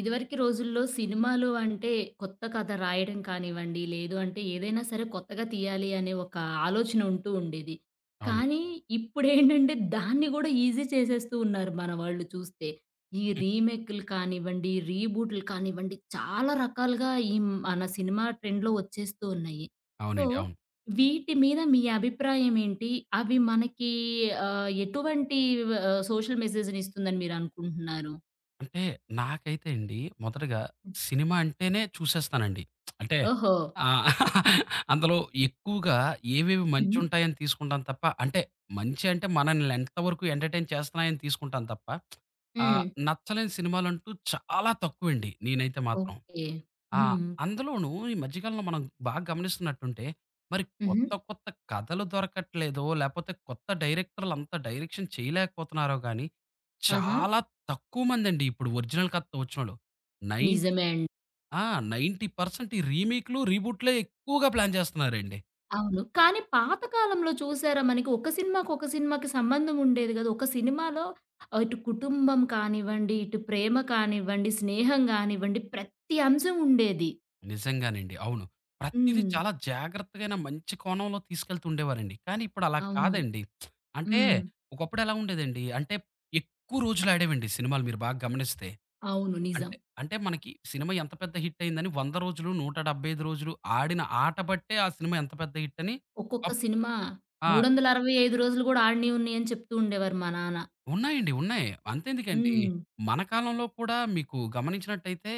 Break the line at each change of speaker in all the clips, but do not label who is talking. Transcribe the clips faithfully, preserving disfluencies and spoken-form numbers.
ఇదివరకి రోజుల్లో సినిమాలు అంటే కొత్త కథ రాయడం కానివ్వండి, లేదు అంటే ఏదైనా సరే కొత్తగా తీయాలి అనే ఒక ఆలోచన ఉంటూ ఉండేది.
అవునండి.
కానీ ఇప్పుడేంటంటే దాన్ని గూడా ఈజీ చేసేస్తూ ఉన్నారు మన వాళ్ళు చూస్తే. ఈ రీమేక్‌లు కానివ్వండి, రీబూట్‌లు కానివ్వండి చాలా రకాలుగా ఈ మన సినిమా ట్రెండ్‌లో వచ్చేస్తూ ఉన్నాయి. సో,
అవునండి. అవును.
వీటి మీద మీ అభిప్రాయం ఏంటి? అవి మనకి ఆహ్, ఎటువంటి ఆహ్, సోషల్ మెసేజ్‌ని ఇస్తుందని మీరనుకుంటున్నారు?
అంటే నాకైతే అండి మొదటగా సినిమా అంటేనే చూసేస్తానండి. అంటే
ఓహో!
ఆ! అందులో ఎక్కువగా ఏవేవి
హ్మ్.
మంచుంటాయని తీసుకుంటాను తప్ప, అంటే మంచి అంటే మనల్ని ఎంతవరకు ఎంటర్‌టైన్ చేస్తున్నాయని తీసుకుంటాను తప్ప,
హ్మ్.
ఆహ్, నచ్చలేని సినిమాలంటూ చాలా తక్కువండి నేనైతే మాత్రం.
ఓకే.
ఆ!
హ్మ్.
అందులోనూ ఈ మధ్య కాలంలో మనం బాగా గమనిస్తున్నట్టుంటే, మరి
హుహు.
కొత్త కొత్త కథలు దొరకట్లేదో లేపోతే కొత్త డైరెక్టర్‌లంతా డైరెక్షన్ చేయలేకపోతున్నారో గాని
ఆహా!
చాలా తక్కువ మందండి ఇప్పుడు ఒరిజినల్ కథతో వచ్చినోళ్ళు. నైన్
నిజమే అండి.
ఆ! తొంబై శాతం ఈ రీమేక్‌లు, రీబూట్‌లే ఎక్కువగా ప్లాన్ చేస్తున్నారండి.
అవును. కానీ పాత కాలంలో చూసారా మనకి ఒక సినిమాకి, ఒక సినిమాకి సంబంధం ఉండేది గాదు. ఒక సినిమాలో ఆహ్, ఇటు కుటుంబం కానివ్వండి, ఇటు ప్రేమ కానివ్వండి, స్నేహం గానివ్వండి ప్రతి అంశం ఉండేది.
నిజంగానండి. అవును. ప్రతీదీ
హ్మ్.
చాలా జాగ్రత్తగాన మంచి కోణంలో తీసుకెళ్తుండేవారండి. కానీ ఇప్పుడు అలా
అవును.
కాదండి. అంటే
హ్మ్.
ఒకప్పుడు ఎలా ఉండేదండి, అంటే ఎక్కువ రోజులు ఆడేవండి సినిమాలు మీరు బాగా గమనిస్తే.
అవును. నిజం.
అంటే, అంటే మనకి సినిమా ఎంత పెద్ద హిట్ అయిందని వంద రోజులు, నూట డెబ్బై ఐదు రోజులు ఆడిన ఆట బట్టే ఆ సినిమా ఎంత పెద్ద హిట్ అని
ఒక్కొక్క
అప్
సినిమా
ఆ!
మూడు వందల అరవై ఐదు రోజులు గూడా ఆడినియి, ఉన్నయి అని చెప్తూ ఉండేవారు మా నాన్న.
ఉన్నాయండి. ఉన్నాయి. అంతెందుకండి,
హ్మ్.
మన కాలంలో కూడా మీకు గమనించినట్టయితే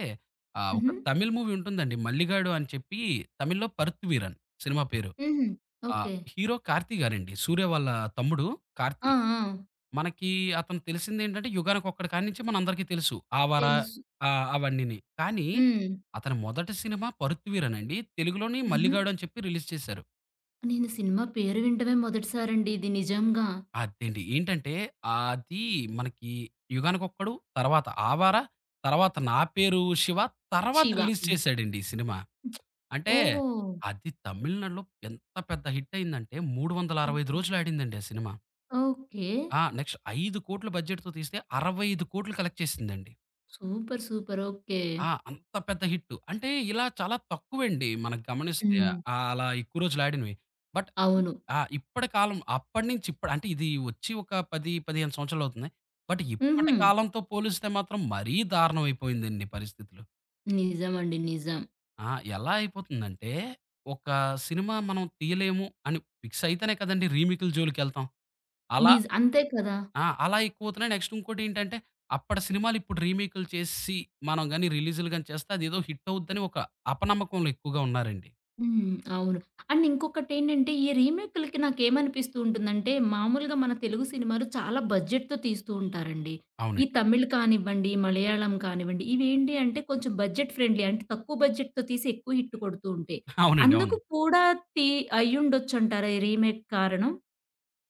ఆహ్, ఒక
హుహు.
తమిళ్ మూవీ ఉంటుందండి 'మల్లిగాడు' అని చెప్పి, తమిళ్‌లో 'పరుత్వీరన్' సినిమా పేరు.
హుహు.
ఆహ్,
ఓకే.
హీరో 'కార్తీ' గారండి. 'సూర్య' వాళ్ళ తమ్ముడు
ఆ!
'కార్తీ.'
ఆ!
మనకి అతను తెలిసిందేంటంటే 'యుగానికొక్కడు' కాడి నుంచి మనందరికీ తెలుసు. 'ఆవారా'
తెలుసు.
ఆ! అవన్నీని. కానీ
హ్మ్.
అతని మొదటి సినిమా 'పరుత్వీరన్' అండి. తెలుగులోని
హుహు.
'మల్లిగాడు' అని చెప్పి రిలీజ్ చేశారు.
నేను సినిమా పేరు వినటమే మొదటిసారండి ఇది నిజంగా.
అదేండి. ఏంటంటే అది మనకి 'యుగానికొక్కడు', తర్వాత 'ఆవార', తర్వాత 'నా పేరు శివ', తర్వాత
'శివ.'
రిలీజ్
హ్మ్.
చేశాడండి ఈ సినిమా. అంటే
ఓహో!
అది తమిళనాడులో ఎంత పెద్ద హిట్ అయిందంటే మూడు వందల అరవై ఐదు
ఓకే.
రోజులు ఆడిందండి ఆ సినిమా.
ఓకే.
ఆ! నెక్స్ట్ ఐదు కోట్ల బడ్జెట్‌తో తీస్తే అరవై ఐదు కోట్లు కలెక్ట్ చేసిందండి.
సూపర్. సూపర్. ఓకే.
ఆ! అంత పెద్ద హిట్. అంటే ఇలా చాలా తక్కువండి మనకు గమనిస్తే.
హ్మ్.
ఆహ్, అలా ఎక్కువ రోజులు ఆడినవి. బట్ ఇ
అవును.
ఆ! ఇప్పటి కాలం అప్పటి నుంచి ఇప్పటి అంటే ఇది వచ్చి ఒక పది, పదిహేను సంవత్సరాలు అవుతుంది. బట్ ఇప్పటి
హుహు.
కాలంతో పోలిస్తే మాత్రం మరీ దారుణం అయిపోయిందండి పరిస్థితులు.
నిజమండి. నిజం.
ఆ! ఎలా అయిపోతుందంటే ఒక సినిమా మనం తీయలేము అని ఫిక్స్ అయితేనే కదండీ రీమేక్‌ల జోలికెళ్తాం. అలా
నిజ్ అంతే కదా!
ఆ! అలా ఎక్కువవుతున్నాయి. నెక్స్ట్ ఇంకోటేంటంటే, అప్పటి సినిమాలు ఇప్పుడు రీమేక్‌లు చేసి, మనం గాని రిలీజులు గాని చేస్తే అదేదో హిట్ అవుద్దని ఒక అపనమ్మకంలో ఎక్కువగా ఉన్నారండి.
హ్మ్. అవును. అండ్ ఇంకొకటేంటంటే, ఈ రీమేకులకి నాకేమనిపిస్తూ ఉంటుందంటే, మామూలుగా మన తెలుగు సినిమాలు చాలా బడ్జెట్‌తో తీస్తూ ఉంటారండి. ఈ
అవునండి.
తమిళ్ కానివ్వండి, మలయాళం కానివ్వండి, ఇవేంటి అంటే కొంచెం బడ్జెట్ ఫ్రెండ్లీ. అంటే తక్కువ బడ్జెట్‌తో తీసి ఎక్కువ హిట్ కొడుతూ ఉంటాయి.
అవునండి.
అందుకు
అవును.
కూడా తీ అయ్యుండొచ్చంటారా ఈ రీమేక్ కారణం?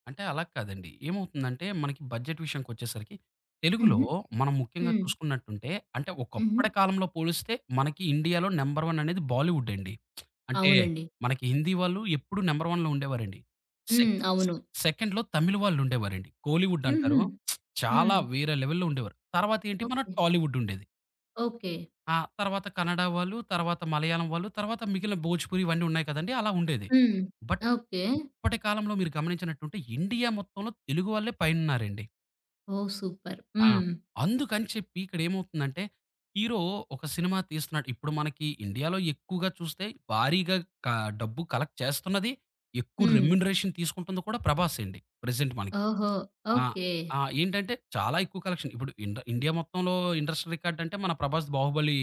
అంటే అలా కాదండి. ఏమవుతుందంటే, మనకి బడ్జెట్ విషయానికొచ్చేసరికి, తెలుగులో
హుహు.
మనం ముఖ్యంగా
హ్మ్.
చూసుకున్నట్టుంటే, అంటే
హుహు.
ఒకప్పటి కాలంలో పోలిస్తే మనకి ఇండియాలో నంబర్ వన్ అనేది బాలీవుడ్ అండి. అంటే
అవునండి.
మనకి హిందీ వాళ్ళు ఎప్పుడూ నంబర్ 1లో ఉండేవారండి. సెక్
హ్మ్. అవును.
సెకండ్‌లో తమిళ్ వాళ్ళుండేవారండి. కోలీవుడ్
హుహు.
అంటారు. చాలా
హ్మ్.
వేరే లెవెల్‌లో ఉండేవారు. తర్వాత ఏంటి మన
ఓకే.
టాలీవుడ్ ఉండేది.
ఓకే.
ఆ! తర్వాత కన్నడ వాళ్ళు, తర్వాత మలయాళం వాళ్ళు, తర్వాత మిగిలిన భోజ్‌పురి ఇవన్నీ ఉన్నాయి కదండీ! అలా ఉండేది.
హ్మ్.
But
okay.
ఇప్పటి కాలంలో మీరు గమనించినట్టుంటే ఇండియా మొత్తంలో తెలుగు వాళ్ళే పైనున్నారండి.
ఓహ్! సూపర్.
ఆ!
హ్మ్.
అందుకని చెప్పి ఇక్కడేమవుతుందంటే, హీరో ఒక సినిమా తీస్తున్నాడు. ఇప్పుడు మనకి ఇండియాలో ఎక్కువగా చూస్తే భారీగా క డబ్బు కలెక్ట్ చేస్తున్నది, ఎక్కువ
హ్మ్.
రెమ్యునరేషన్ తీసుకుంటుంది కూడా ప్రభాస్ అండి. ప్రెజెంట్ మనకి.
ఓహో!
ఆ!
ఓకే.
ఆ! ఏంటంటే చాలా ఎక్కువ కలెక్షన్. ఇప్పుడు ఇండ ఇండియా మొత్తంలో ఇండస్ట్రియల్ రికార్డ్ అంటే మన 'ప్రభాస్ బాహుబలి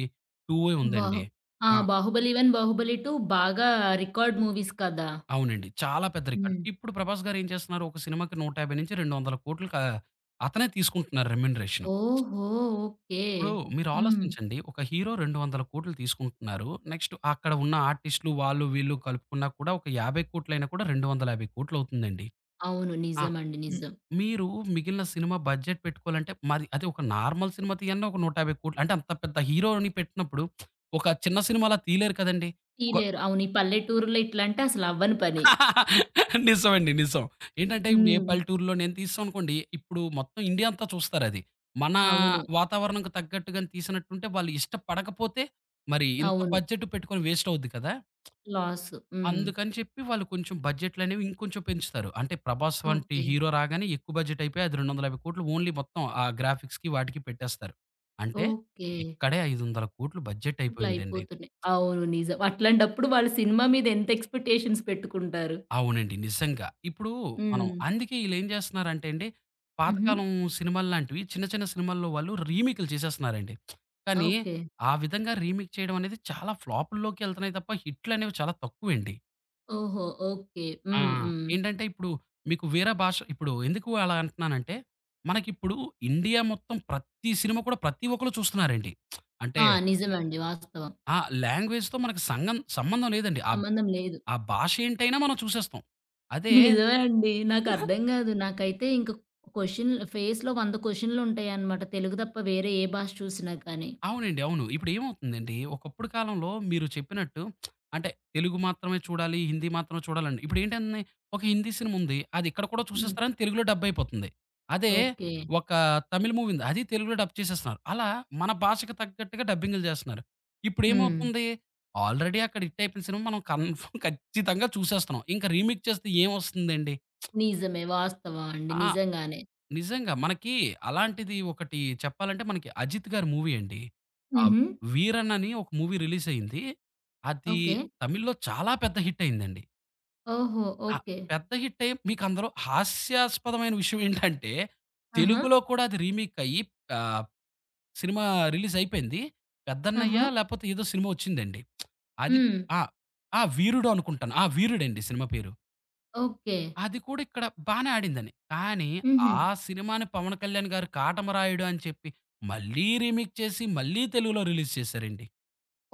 టూ'
బాహు
ఉందండి.
ఆ!
ఆ!
'బాహుబలి వన్', 'బాహుబలి టూ' బాగా రికార్డ్ మూవీస్ కదా!
అవునండి. చాలా పెద్ద రికార్డ్.
హ్మ్.
ఇప్పుడు 'ప్రభాస్' గారు ఏం చేస్తున్నారు ఒక సినిమాకి నూట యాభై రెండు వందల కోట్లు క అతనే తీసుకుంటున్నారు రెమ్యూనరేషన్.
ఓహో! ఓకే.
ఇప్పుడు మీరు
హ్మ్.
ఆలోచించండి. ఒక హీరో రెండు వందల కోట్లు తీసుకుంటున్నారు. నెక్స్ట్ అక్కడ ఉన్న ఆర్టిస్ట్‌లు వాళ్ళు వీళ్ళు కలుపుకున్నా కూడా ఒక యాభై కోట్లు అయినా కూడా రెండు వందల యాభై కోట్లు అవుతుందండి.
అవును.
ఆ!
నిజమండి.
హ్మ్.
నిజం.
మీరు మిగిలిన సినిమా బడ్జెట్ పెట్టుకోవాలంటే మరి అదే ఒక నార్మల్ సినిమా తీయన్నా ఒక నూట యాభై కోట్లు, అంటే అంత పెద్ద హీరోని పెట్టినప్పుడు ఒక చిన్న సినిమాలా తీయలేరు కదండీ! ఒక
తీయలేరు. అవును. ఈ పల్లెటూరులో ఇట్లంటే అసలు అవ్వని పని.
నిజమండి. నిజం. ఏంటంటే ఇప్పుడు ఏ
హ్మ్.
పల్లెటూరులో నేను తీసామనుకోండి, ఇప్పుడు మొత్తం ఇండియా అంతా చూస్తారది. మన
అవును.
వాతావరణంకు తగ్గట్టుగాని తీసినట్టుంటే వాళ్ళు ఇష్టపడకపోతే మరి ఇంత
అవును.
బడ్జెట్ పెట్టుకొని వేస్ట్ అవుద్ది కదా!
లాసు. హ్మ్.
అందుకని చెప్పి వాళ్ళు కొంచెం బడ్జెట్లనేవి ఇంకొంచెం పెంచుతారు. అంటే 'ప్రభాస్' వంటి
ఓకే.
హీరో రాగానే ఎక్కువ బడ్జెట్ అయిపోయి అది రెండు వందల యాభై కోట్లు ఓన్లీ మొత్తం ఆ గ్రాఫిక్స్‌కి వాటికి పెట్టేస్తారు. అంటే
ఓకే.
ఇక్కడే ఐదు వందల కోట్లు బడ్జెట్
అట్లా
అయిపోయిందండి.
అయిపోతున్నాయి. అవును. నిజం. అట్లాంటప్పుడు వాళ్ళు సినిమా మీద ఎంత ఎక్స్‌పెక్టేషన్స్ పెట్టుకుంటారు.
అవునండి. నిజంగా. ఇప్పుడు మనం
హ్మ్.
అందుకే ఈళ్ళేం చేస్తున్నారంటే అండి,
హుహు.
పాతకాలం సినిమాల్లాంటివి చిన్న చిన్న సినిమాల్లో వాళ్ళు రీమేక్‌లు చేసేస్తున్నారండి. కానీ
ఓకే.
ఆ విధంగా రీమేక్ చేయడం అనేది చాలా ఫ్లాపుల్లోకి ఎళ్తున్నాయి తప్ప హిట్లనేవి చాలా తక్కువండి.
ఓహో! ఓకే.
ఆ!
హ్మ్. హ్మ్.
ఏంటంటే ఇప్పుడు మీకు వేరే భాష ఇప్పుడు ఎందుకు అలా అంటున్నానంటే, మనకిప్పుడు ఇండియా మొత్తం ప్రతి సినిమా కూడా ప్రతి ఒక్కళ్ళు చూస్తున్నారండి. అంటే
ఆ! నిజమండి. వాస్తవం.
ఆ లాంగ్వేజ్‌తో మనకు సంగం సంబంధం లేదండి. ఆ
సంబంధం లేదు.
ఆ భాష ఏంటైనా మనం చూసేస్తాం. అదే
నిజమేనండి. నాకర్థం గాదు. నాకైతే ఇంక క్వెషన్ ఫేస్‌లో వంద క్వెషన్‌లుంటాయన్నమాట. తెలుగు తప్ప వేరే ఏ భాష చూసినా కానీ.
అవునండి. అవును. ఇప్పుడేమవుతుందండి, ఒకప్పుడు కాలంలో మీరు చెప్పినట్టు అంటే తెలుగు మాత్రమే చూడాలి, హిందీ మాత్రమే చూడాలని. ఇప్పుడేంటండి, ఒక హిందీ సినిమా ఉంది. అది ఇక్కడ కూడా
హ్మ్.
చూసేస్తారని తెలుగులో డబ్ అయిపోతుంది. అదే
ఓకే.
ఒక తమిళ్ మూవీ ఉంది. అది తెలుగులో డబ్ చేసేస్తున్నారు. అలా మన భాషకు తగ్గట్టుగా డబ్బింగ్‌లు చేస్తున్నారు.
హ్మ్.
ఇప్పుడేమవుతుంది, ఆల్రెడీ అక్కడ హిట్ అయిపోయిన సినిమా మనం కన్ఫర్మ్ ఖచ్చితంగా చూసేస్తున్నాం. ఇంకా రీమేక్ చేస్తే ఏమొస్తుందండి?
నిజమే. వాస్తవం అండి.
ఆ!
నిజంగానే.
నిజంగా. మనకి అలాంటిది ఒకటి చెప్పాలంటే మనకి 'అజిత్' గారి మూవీ అండి. ఆహ్,
హుహు.
'వీరన్' అని ఒక మూవీ రిలీజ్ అయింది. అది
ఓకే.
తమిళ్‌లో చాలా పెద్ద హిట్ అయిందండి.
ఓహో!
ఆ!
ఓకే.
పెద్ద హిట్ అయ్యి మీకు అందులో హాస్యాస్పదమైన విషయం ఏంటంటే
ఆహా!
తెలుగులో కూడా అది రీమేక్ అయ్యి ఆహ్, సినిమా రిలీజ్ అయిపోయింది.
ఆహా!
'పెద్దన్నయ్య' లేపోతే ఏదో సినిమా వచ్చిందండి. అది
హ్మ్.
ఆ! ఆ! 'వీరుడు' అనుకుంటాను. ఆ! 'వీరుడండి' సినిమా పేరు.
ఓకే.
అది కూడా ఇక్కడ బానే ఆడిందని. కానీ,
హుహు.
ఆ సినిమాని పవన్ కళ్యాణ్ గారు 'కాటమరాయుడు' అని చెప్పి మళ్ళీ రీమేక్ చేసి, మళ్ళీ తెలుగులో రిలీజ్ చేశారండి.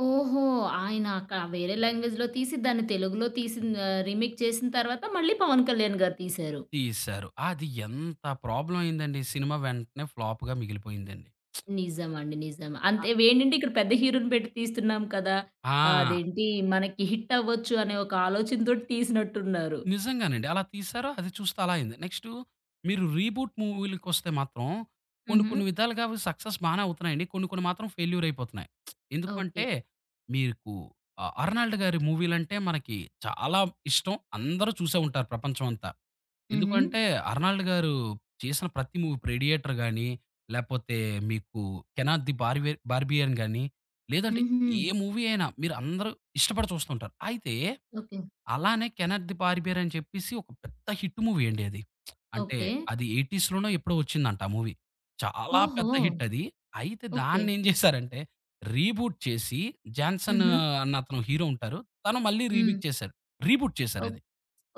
ఓహో! ఆయన అక్కడ వేరే లాంగ్వేజ్‌లో తీసి దాన్ని తెలుగులో తీసిన ఆహ్, రీమేక్ చేసిన తర్వాత మళ్ళీ 'పవన్ కళ్యాణ్' గారు తీశారు.
తీశారు. అది ఎంత ప్రాబ్లమ్ అయిందండి. సినిమా వెంటనే ఫ్లాప్‌గా మిగిలిపోయిందండి.
నిజమండి. నిజం.
అ
అంతే ఏంటంటే ఇక్కడ పెద్ద హీరోని పెట్టి తీస్తున్నాం కదా!
ఆ!
అదేంటి మనకి హిట్ అవ్వచ్చు అనే ఒక ఆలోచనతోటి తీసినట్టున్నారు.
నిజంగానండి. అలా తీశారు. అది చూస్తే అలా అయింది. నెక్స్టు మీరు రీబూట్ మూవీలకొస్తే మాత్రం కొన్ని
హుహు.
కొన్ని విధాలుగా అవి సక్సెస్ బానే అవుతున్నాయండి. కొన్ని కొన్ని మాత్రం ఫెయిల్యూర్ అయిపోతున్నాయి. ఎందుకు
ఓకే.
అంటే మీకు ఆహ్, 'అర్నాల్డ్' గారి మూవీలంటే మనకి చాలా ఇష్టం. అందరూ చూసే ఉంటారు ప్రపంచం అంతా.
హుహు.
ఎందుకంటే 'అర్నాల్డ్' గారు చేసిన ప్రతి మూవీ ఇప్పుడు 'రేడియేటర్' గాని, లేపోతే మీకు 'కెనాట్ ది బార్బియర్ బార్బియన్' గాని, లేదంటే
హుహు.
ఏ మూవీ అయినా మీరు అందరూ ఇష్టపడి చూస్తుంటారు. అయితే
ఓకే.
అలానే 'కెనెత్ ది బార్బియర్' అని చెప్పేసి ఒక పెద్ద హిట్ మూవీ అండి అది. అంటే
ఓకే.
అది 80స్‌లోనో ఎప్పుడో వచ్చిందంట ఆ మూవీ. చాలా పెద్ద
ఓహో!
హిట్ అది. అయితే
ఓకే.
దాన్నేం చేశారంటే రీబూట్ చేసి 'జాన్సన్'
హుహు.
అన్న అతను హీరో ఉంటారు. తను మళ్ళీ
హ్మ్.
రీమేక్ చేశారు. రీబూట్
ఓ
చేశారది.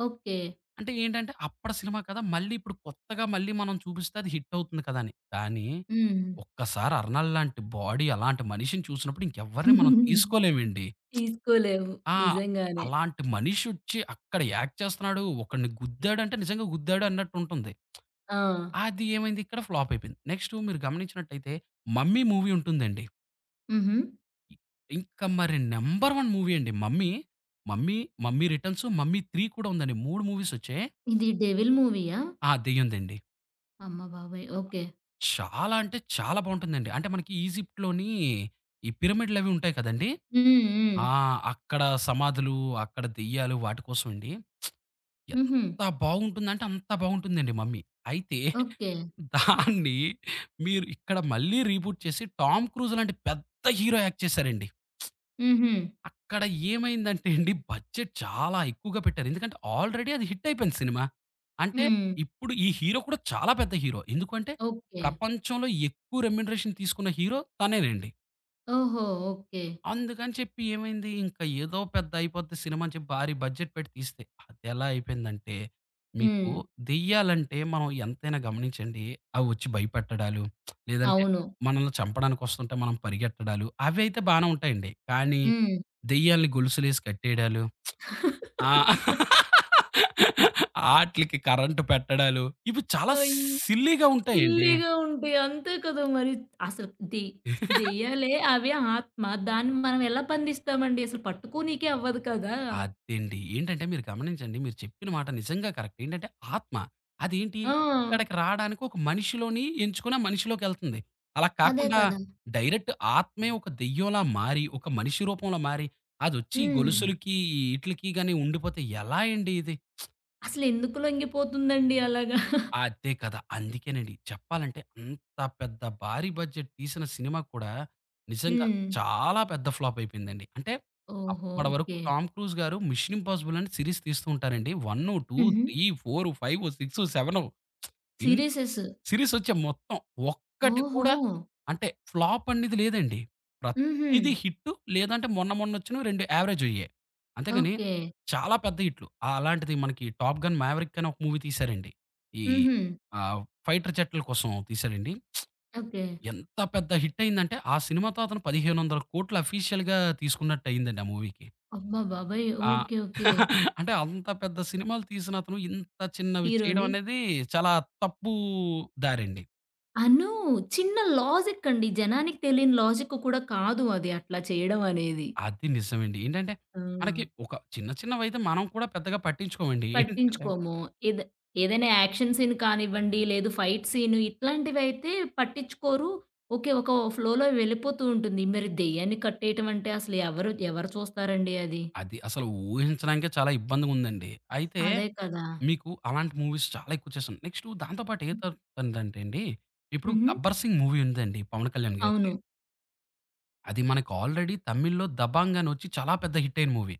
ఓకే.
అంటే ఏంటంటే అప్పటి సినిమా కదా! మళ్ళీ ఇప్పుడు కొత్తగా మళ్ళీ మనం చూపిస్తే అది హిట్ అవుతుంది కదా అని. కానీ
హ్మ్.
ఒక్కసారి 'అర్నాల్డ్' లాంటి బాడీ అలాంటి మనిషిని చూసినప్పుడు ఇంకెవ్వరిని మనం తీసుకోలేమండి.
తీసుకోలేము.
ఆ!
నిజంగానే.
అలాంటి మనిషొచ్చి అక్కడ యాక్ట్ చేస్తున్నాడు. ఒకడిని గుద్దాడంటే నిజంగా గుద్దాడు అన్నట్టుంటుంది.
ఆ!
అది ఏమైంది ఇక్కడ ఫ్లాప్ అయిపోయింది. నెక్స్ట్ మీరు గమనించినట్టయితే 'మమ్మీ' మూవీ ఉంటుందండి.
హుహు.
ఇంకా మరి నంబర్ వన్ మూవీ అండి 'Mummy'. 'Mummy', 'Mummy Returns', 'Mummy three' కూడా ఉందండి. మూడు మూవీస్ వచ్చాయి.
ఇది 'డెవిల్' మూవీయా?
ఆ! దెయ్యందండి.
అమ్మ బాబోయ్! ఓకే.
చాలా అంటే చాలా బావుంటుందండి. అంటే మనకి ఈజిప్ట్‌లోని ఈ పిరమిడ్‌లవి ఉంటాయి కదండీ!
హ్మ్. హ్మ్.
ఆ! అక్కడ సమాధులు, అక్కడ దెయ్యాలు వాటి కోసం అండి.
హుహు.
ఎంత బాగుంటుందంటే అంత బాగుంటుందండి మమ్మీ. అయితే
ఓకే.
దాన్ని మీరు ఇక్కడ మళ్ళీ రీబూట్ చేసి 'టామ్ క్రూజ్' లాంటి పెద్ద హీరో యాక్ట్ చేశారండి.
హుహు.
అక్కడ ఏమైందంటే అండి, బడ్జెట్ చాలా ఎక్కువగా పెట్టారు. ఎందుకంటే ఆల్రెడీ అది హిట్ అయిపోయింది సినిమా. అంటే
హ్మ్.
ఇప్పుడు ఈ హీరో కూడా చాలా పెద్ద హీరో. ఎందుకంటే
ఓకే.
ప్రపంచంలో ఎక్కువ రెమ్యూనరేషన్ తీసుకున్న హీరో తనేనండి.
ఓహో! ఓకే.
అందుకని చెప్పి ఏమైంది, ఇంకా ఏదో పెద్ద అయిపోద్ది సినిమా అని చెప్పి భారీ బడ్జెట్ పెట్టి తీస్తే, అదెలా అయిపోయిందంటే,
హ్మ్.
మీకు దెయ్యాలంటే మనం ఎంతైనా గమనించండి, అవి వచ్చి భయపెట్టడాలు, లేదంటే
అవును.
మనల్ని చంపడానికొస్తుంటే మనం పరిగెట్టడాలు, అవైతే బానే ఉంటాయండి. కానీ,
హ్మ్.
దెయ్యాల్ని గొలుసులేసి కట్టేయడాలు, ఆ! ఆట్లికి కరెంట్ పెట్టడాలు, ఇవి చాలా
అయ్యి
సిల్లీగా ఉంటాయండి.
సిల్లీగా ఉంటాయి. అంతే కదా! మరి అసలు దె దెయ్యాలే అవి ఆత్మ. దాన్ని మనం ఎలా బంధిస్తామండి? అసలు పట్టుకోనీకే అవ్వదు కదా!
అదండి. ఏంటంటే మీరు గమనించండి. మీరు చెప్పిన మాట నిజంగా కరెక్ట్. ఏంటంటే ఆత్మ. అదేంటి
ఆ!
ఇక్కడికి రాడానికి ఒక మనిషిలోని ఎంచుకొని ఆ మనిషిలోకెళ్తుంది. అలా
అదే
కాకుండా
కదా!
డైరెక్ట్ ఆత్మే ఒక దెయ్యంలా మారి, ఒక మనిషి రూపంలో మారి, అదొచ్చి
హ్మ్.
గొలుసులకి, ఈట్లికి గాని ఉండిపోతే ఎలా అండి ఇది?
అసలెందుకు లొంగిపోతుందండి అలాగా?
అదే కదా! అందుకేనండి. చెప్పాలంటే అంత పెద్ద భారీ బడ్జెట్ తీసిన సినిమా కూడా నిజంగా
హ్మ్.
చాలా పెద్ద ఫ్లాప్ అయిపోయిందండి. అంటే
ఓహో!
అప్పటి వరకు
ఓకే.
'టామ్ క్రూజ్' గారు 'మిషన్ ఇంపాసిబుల్' అని సీరీస్ తీస్తూ ఉంటారండి. వన్, టూ,
హుహు.
Three, four, five, six, seven in
serieses.
సిరీసొచ్చే మొత్తం ఒక్కటి
ఓహో!
కూడా అంటే ఫ్లాప్ అనేది లేదండి.
హుహు.
ప్రతీది హిట్టు లేదంటే మొన్న మొన్నొచ్చినవి రెండు యావరేజయ్యే. అంతేగాని
ఓకే.
చాలా పెద్ద హిట్లు. అలాంటిది మనకి 'టాప్ గన్ మావెరిక్' అని ఒక మూవీ తీశారండి. ఈ
హుహు.
ఆహ్, ఫైటర్ జెట్‌ల కోసం తీశాడండి.
ఓకే.
ఎంత పెద్ద హిట్టయిందంటే ఆ సినిమాతో అతను వెయ్యి ఐదు వందల కోట్లు అఫీషియల్‌గా తీసుకున్నట్టయిందండి ఆ మూవీకి.
అమ్మ బాబోయ్!
ఆ!
ఓకే. ఓకే.
అంటే అంత పెద్ద సినిమాలు తీసిన అతను ఇంత చిన్నవి చేయడం
హీరోని
అనేది చాలా తప్పు దారండి.
అను చిన్న లాజిక్ అండి. జనానికి తెలియని లాజిక్ కూడా కాదు అది అట్లా చేయడం అనేది.
అది నిజమండి. ఏంటంటే,
ఆ!
మనకి ఒక చిన్న చిన్నవైతే మనం కూడా పెద్దగా పట్టించుకోమండి. ఏంటంటే
పట్టించుకోము. ఏద ఏదైనా యాక్షన్ సీన్ కానివ్వండి, లేదు ఫైట్ సీన్ ఇట్లాంటివైతే పట్టించుకోరు. ఓకే. ఒక ఫ్లోలో వెళ్ళిపోతూ ఉంటుంది. మరి దెయ్యాన్ని కట్టేయటం అంటే అసలు ఎవరు ఎవరు చూస్తారండి అది?
అది అసలు ఊహించడానికే చాలా ఇబ్బందిగుందండి. అయితే
అదే కదా!
మీకు అలాంటి మూవీస్ చాలా ఎక్కువ చేశాను. నెక్స్టు దాంతో పాటు ఏ తరుతుందంటే అండి, ఇప్పుడు
హుహు.
'గబ్బర్ సింగ్' మూవీ ఉందండి 'పవన్ కళ్యాణ్' గారిది.
అవును.
అది మనకు ఆల్రెడీ తమిళ్‌లో 'దబాంగ్' అని ఒచ్చి చాలా పెద్ద హిట్టయిన మూవీ.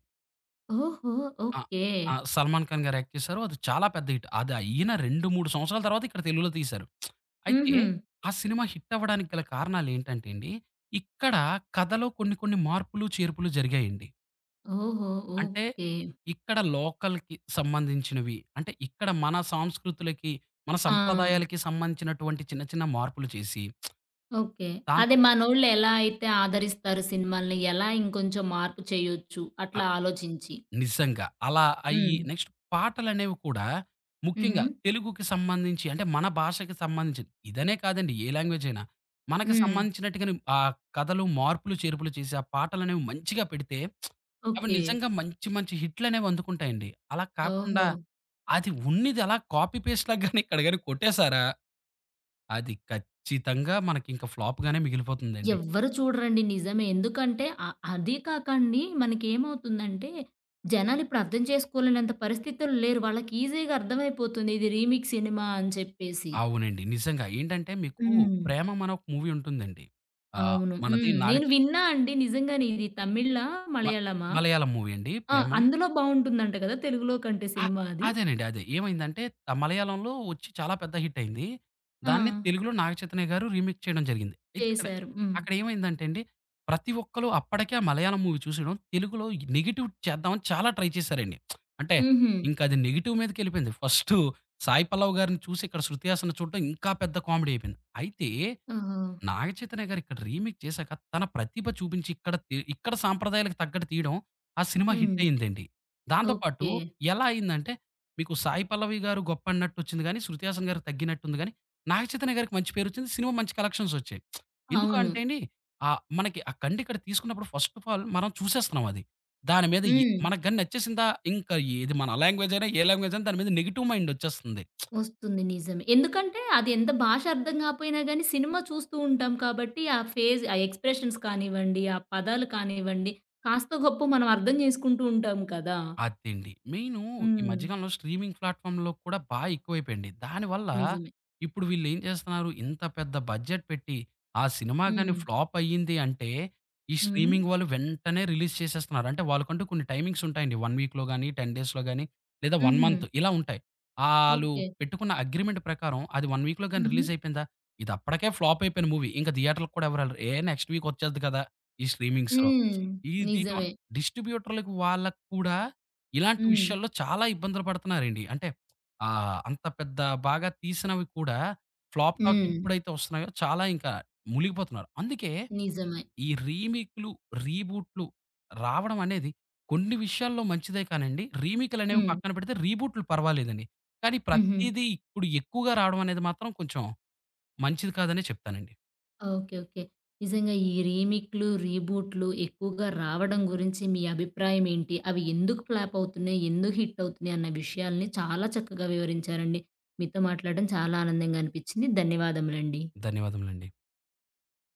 ఓహో!
ఆ!
ఓకే.
ఆ! 'సల్మాన్ ఖాన్' గారు యాక్ట్ చేశారు. అది చాలా పెద్ద హిట్. అది అయిన రెండు, మూడు సంవత్సరాల తర్వాత ఇక్కడ తెలుగులో తీశారు. అయితే
హుహు.
ఆ సినిమా హిట్ అవ్వడానికి గల కారణాలేంటంటే అండి, ఇక్కడ కథలో కొన్ని కొన్ని మార్పులు, చేర్పులు జరిగాయండి.
ఓహో!
అంటే
ఓకే.
ఇక్కడ లోకల్‌కి సంబంధించినవి అంటే ఇక్కడ మన సాంస్కృతులకి, మన
ఆ!
సంప్రదాయాలకి సంబంధించినటువంటి చిన్న చిన్న మార్పులు చేసి
ఓకే.
దాంతో
అదే మనోళ్ళు ఎలా అయితే ఆదరిస్తారు సినిమాల్ని, ఎలా ఇంకొంచెం మార్పు చేయొచ్చు అట్లా ఆలోచించి.
నిజంగా. అలా అయ్యి
హ్మ్.
నెక్స్ట్ పాటలనేవి కూడా
హుహు.
ముఖ్యంగా తెలుగుకి సంబంధించి అంటే మన భాషకి సంబంధించి ఇదనే కాదండి ఏ లాంగ్వేజ్ అయినా. మనకి
హ్మ్.
సంబంధించినట్టుగానే ఆ కథలు మార్పులు, చేర్పులు చేసి ఆ పాటలనేవి మంచిగా పెడితే అవి
ఓకే.
నిజంగా మంచి మంచి హిట్‌లనేవి అందుకుంటాయండి. అలా కాకుండా
ఓహో!
అది ఉన్నిది అలా కాపీ పేస్ట్ లాగా గాని ఇక్కడ గాని కొట్టేసారా అది ఖచ్చితంగా మనకింక ఫ్లాప్ గానే మిగిలిపోతుందండి.
ఎవ్వరు చూడరండి నిజమే. ఎందుకంటే అ అది కాకండి మనకేమవుతుందంటే, జనాలిప్పుడు అర్థం చేసుకోలేనంత పరిస్థితుల్లో లేరు. వాళ్ళకి ఈజీగా అర్థమైపోతుంది ఇది రీమిక్స్ సినిమా అని చెప్పేసి.
అవునండి. నిజంగా ఏంటంటే మీకు
హ్మ్.
'ప్రేమం' అనే ఒక మూవీ ఉంటుందండి. ఆహ్,
అవును. హ్మ్.
మనది నాగ
నేను విన్నా అండి నిజంగానే ఇది తమిళా?
మ
మలయాళమా?
మలయాళం మూవీ అండి
ఆ!
'ప్రేమమ్'.
అందులో బావుంటుందంట కదా! తెలుగులో కంటే
ఆ!
సినిమా అది?
అదేనండి. అదే. ఏమైందంటే ఆ మలయాళంలో వచ్చి చాలా పెద్ద హిట్ అయింది.
ఆ!
దాన్ని తెలుగులో 'నాగ చైతన్య' గారు రీమేక్ చేయడం జరిగింది. అయితే ఇక్కడ
చేశారు. హ్మ్.
అక్కడ ఏమైందంటే అండి, ప్రతి ఒక్కళ్ళు అప్పటికే ఆ మలయాళం మూవీ చూసేయడం, తెలుగులో నెగెటివ్ చేద్దామని చాలా ట్రై చేశారండి. అంటే
హుహు.
ఇంకా అది నెగెటివ్ మీదకెళ్ళిపోయింది. ఫస్టు సాయి పల్లవ్ గారిని చూసి ఇక్కడ 'శృతి హాసన్' చూడడం ఇంకా పెద్ద కామెడీ అయిపోయింది. అయితే
ఓహో!
నాగ చైతన్య గారు ఇక్కడ రీమేక్ చేశాక తన ప్రతిభ చూపించి ఇక్కడ తి ఇక్కడ సాంప్రదాయాలకు తగ్గట్టు తీయడం, ఆ సినిమా హిట్
హ్మ్.
అయిందండి. దాంతో పాటు
ఓకే.
ఎలా అయిందంటే, మీకు సాయి పల్లవి గారు గొప్పన్నట్టు వచ్చింది గానీ, 'శృతి హాసన్' గారికి తగ్గినట్టుంది గానీ, నాగ చైతన్య గారికి మంచి పేరొచ్చింది. సినిమా మంచి కలెక్షన్స్ వచ్చాయి. ఎందుకు
అవును.
అంటే అండి, ఆహ్, మనకి ఆ కండిక్కడ తీసుకున్నప్పుడు ఫస్ట్ ఆఫ్ ఆల్ మనం చూసేస్తున్నాం అది. దాని మీద ఎ
హ్మ్.
మనకు గాని నచ్చేసిందా, ఇంకా ఏది మన లాంగ్వేజ్ అయినా, ఏ లాంగ్వేజ్ అయినా దాని మీద నెగెటివ్ మైండ్ వచ్చేస్తుంది.
వస్తుంది నిజమే. ఎందుకంటే అది ఎంత భాష అర్థం కాపోయినా గాని సినిమా చూస్తూ ఉంటాం కాబట్టి ఆ ఫేజ్ ఆ ఎక్స్‌ప్రెషన్స్ కానివ్వండి, ఆ పదాలు కానివ్వండి కాస్తో గొప్పో మనం అర్థం చేసుకుంటూ ఉంటాం కదా!
అదండి. మెయిను ఈ
హ్మ్.
మధ్య కాలంలో స్ట్రీమింగ్ ప్లాట్‌ఫామ్‌లో కూడా బా ఎక్కువైపోయండి. దానివల్ల
నిజమే.
ఇప్పుడు వీళ్ళేం చేస్తున్నారు, ఇంత పెద్ద బడ్జెట్ పెట్టి, ఆ సినిమా గాని
హ్మ్.
ఫ్లాప్ అయ్యింది అంటే, ఈ
హ్మ్.
స్ట్రీమింగ్ వాళ్ళు వెంటనే రిలీజ్ చేసేస్తున్నారు. అంటే వాళ్ళకంటూ కొన్ని టైమింగ్స్ ఉంటాయండి. ఒక వీక్‌లో గాని, పది డేస్‌లో గాని, లేదా ఒక
హుహు.
మంత్ ఇలా ఉంటాయి. ఆళ్ళు
ఓకే.
పెట్టుకున్న అగ్రీమెంట్ ప్రకారం అది ఒక వీక్‌లో గాని
హుహు.
రిలీజ్ అయిపోయిందా, ఇది అప్పటికే ఫ్లాప్ అయిపోయిన మూవీ. ఇంక థియేటర్‌కి కూడా ఎవరు ఎళ్ళరు. ఏ నెక్స్ట్ వీక్ వచ్చేద్ది కదా! ఈ స్ట్రీమింగ్స్‌లో.
హ్మ్.
ఇది టీటోన్
నిజమే.
డిస్ట్రిబ్యూటర్‌లకి వాళ్ళకి కూడా ఇలాంటి
హ్మ్.
విషయాల్లో చాలా ఇబ్బందులు పడుతున్నారండి. అంటే ఆహ్, అంత పెద్ద బాగా తీసినవి కూడా ఫ్లాప్ టాక్
హ్మ్.
ఎప్పుడైతే వస్తున్నాయో చాలా ఇంకా మునిగిపోతున్నారు. అందుకే
నిజమే.
ఈ రీమేక్‌లు, రీబూట్‌లు రావడం అనేది కొన్ని విషయాల్లో మంచిదే కానండి. రీమేక్‌లనేవి
హ్మ్.
పక్కన పెడితే రీబూట్‌లు పర్వాలేదండి. కానీ
హుహు.
ప్రతీదీ ఇప్పుడు ఎక్కువగా రావడం అనేది మాత్రం కొంచెం మంచిది కాదనే చెప్తానండి.
ఓకే. ఓకే. నిజంగా ఈ రీమిక్‌లు, రీబూట్‌లు ఎక్కువగా రావడం గురించి మీ అభిప్రాయం ఏంటి? అవి ఎందుకు ఫ్లాప్ అవుతున్నాయి? ఎందుకు హిట్ అవుతున్నాయి? అన్న విషయాల్ని చాలా చక్కగా వివరించారండి. మీతో మాట్లాడడం చాలా ఆనందంగా అనిపించింది. ధన్యవాదములండి.
ధన్యవాదములండి.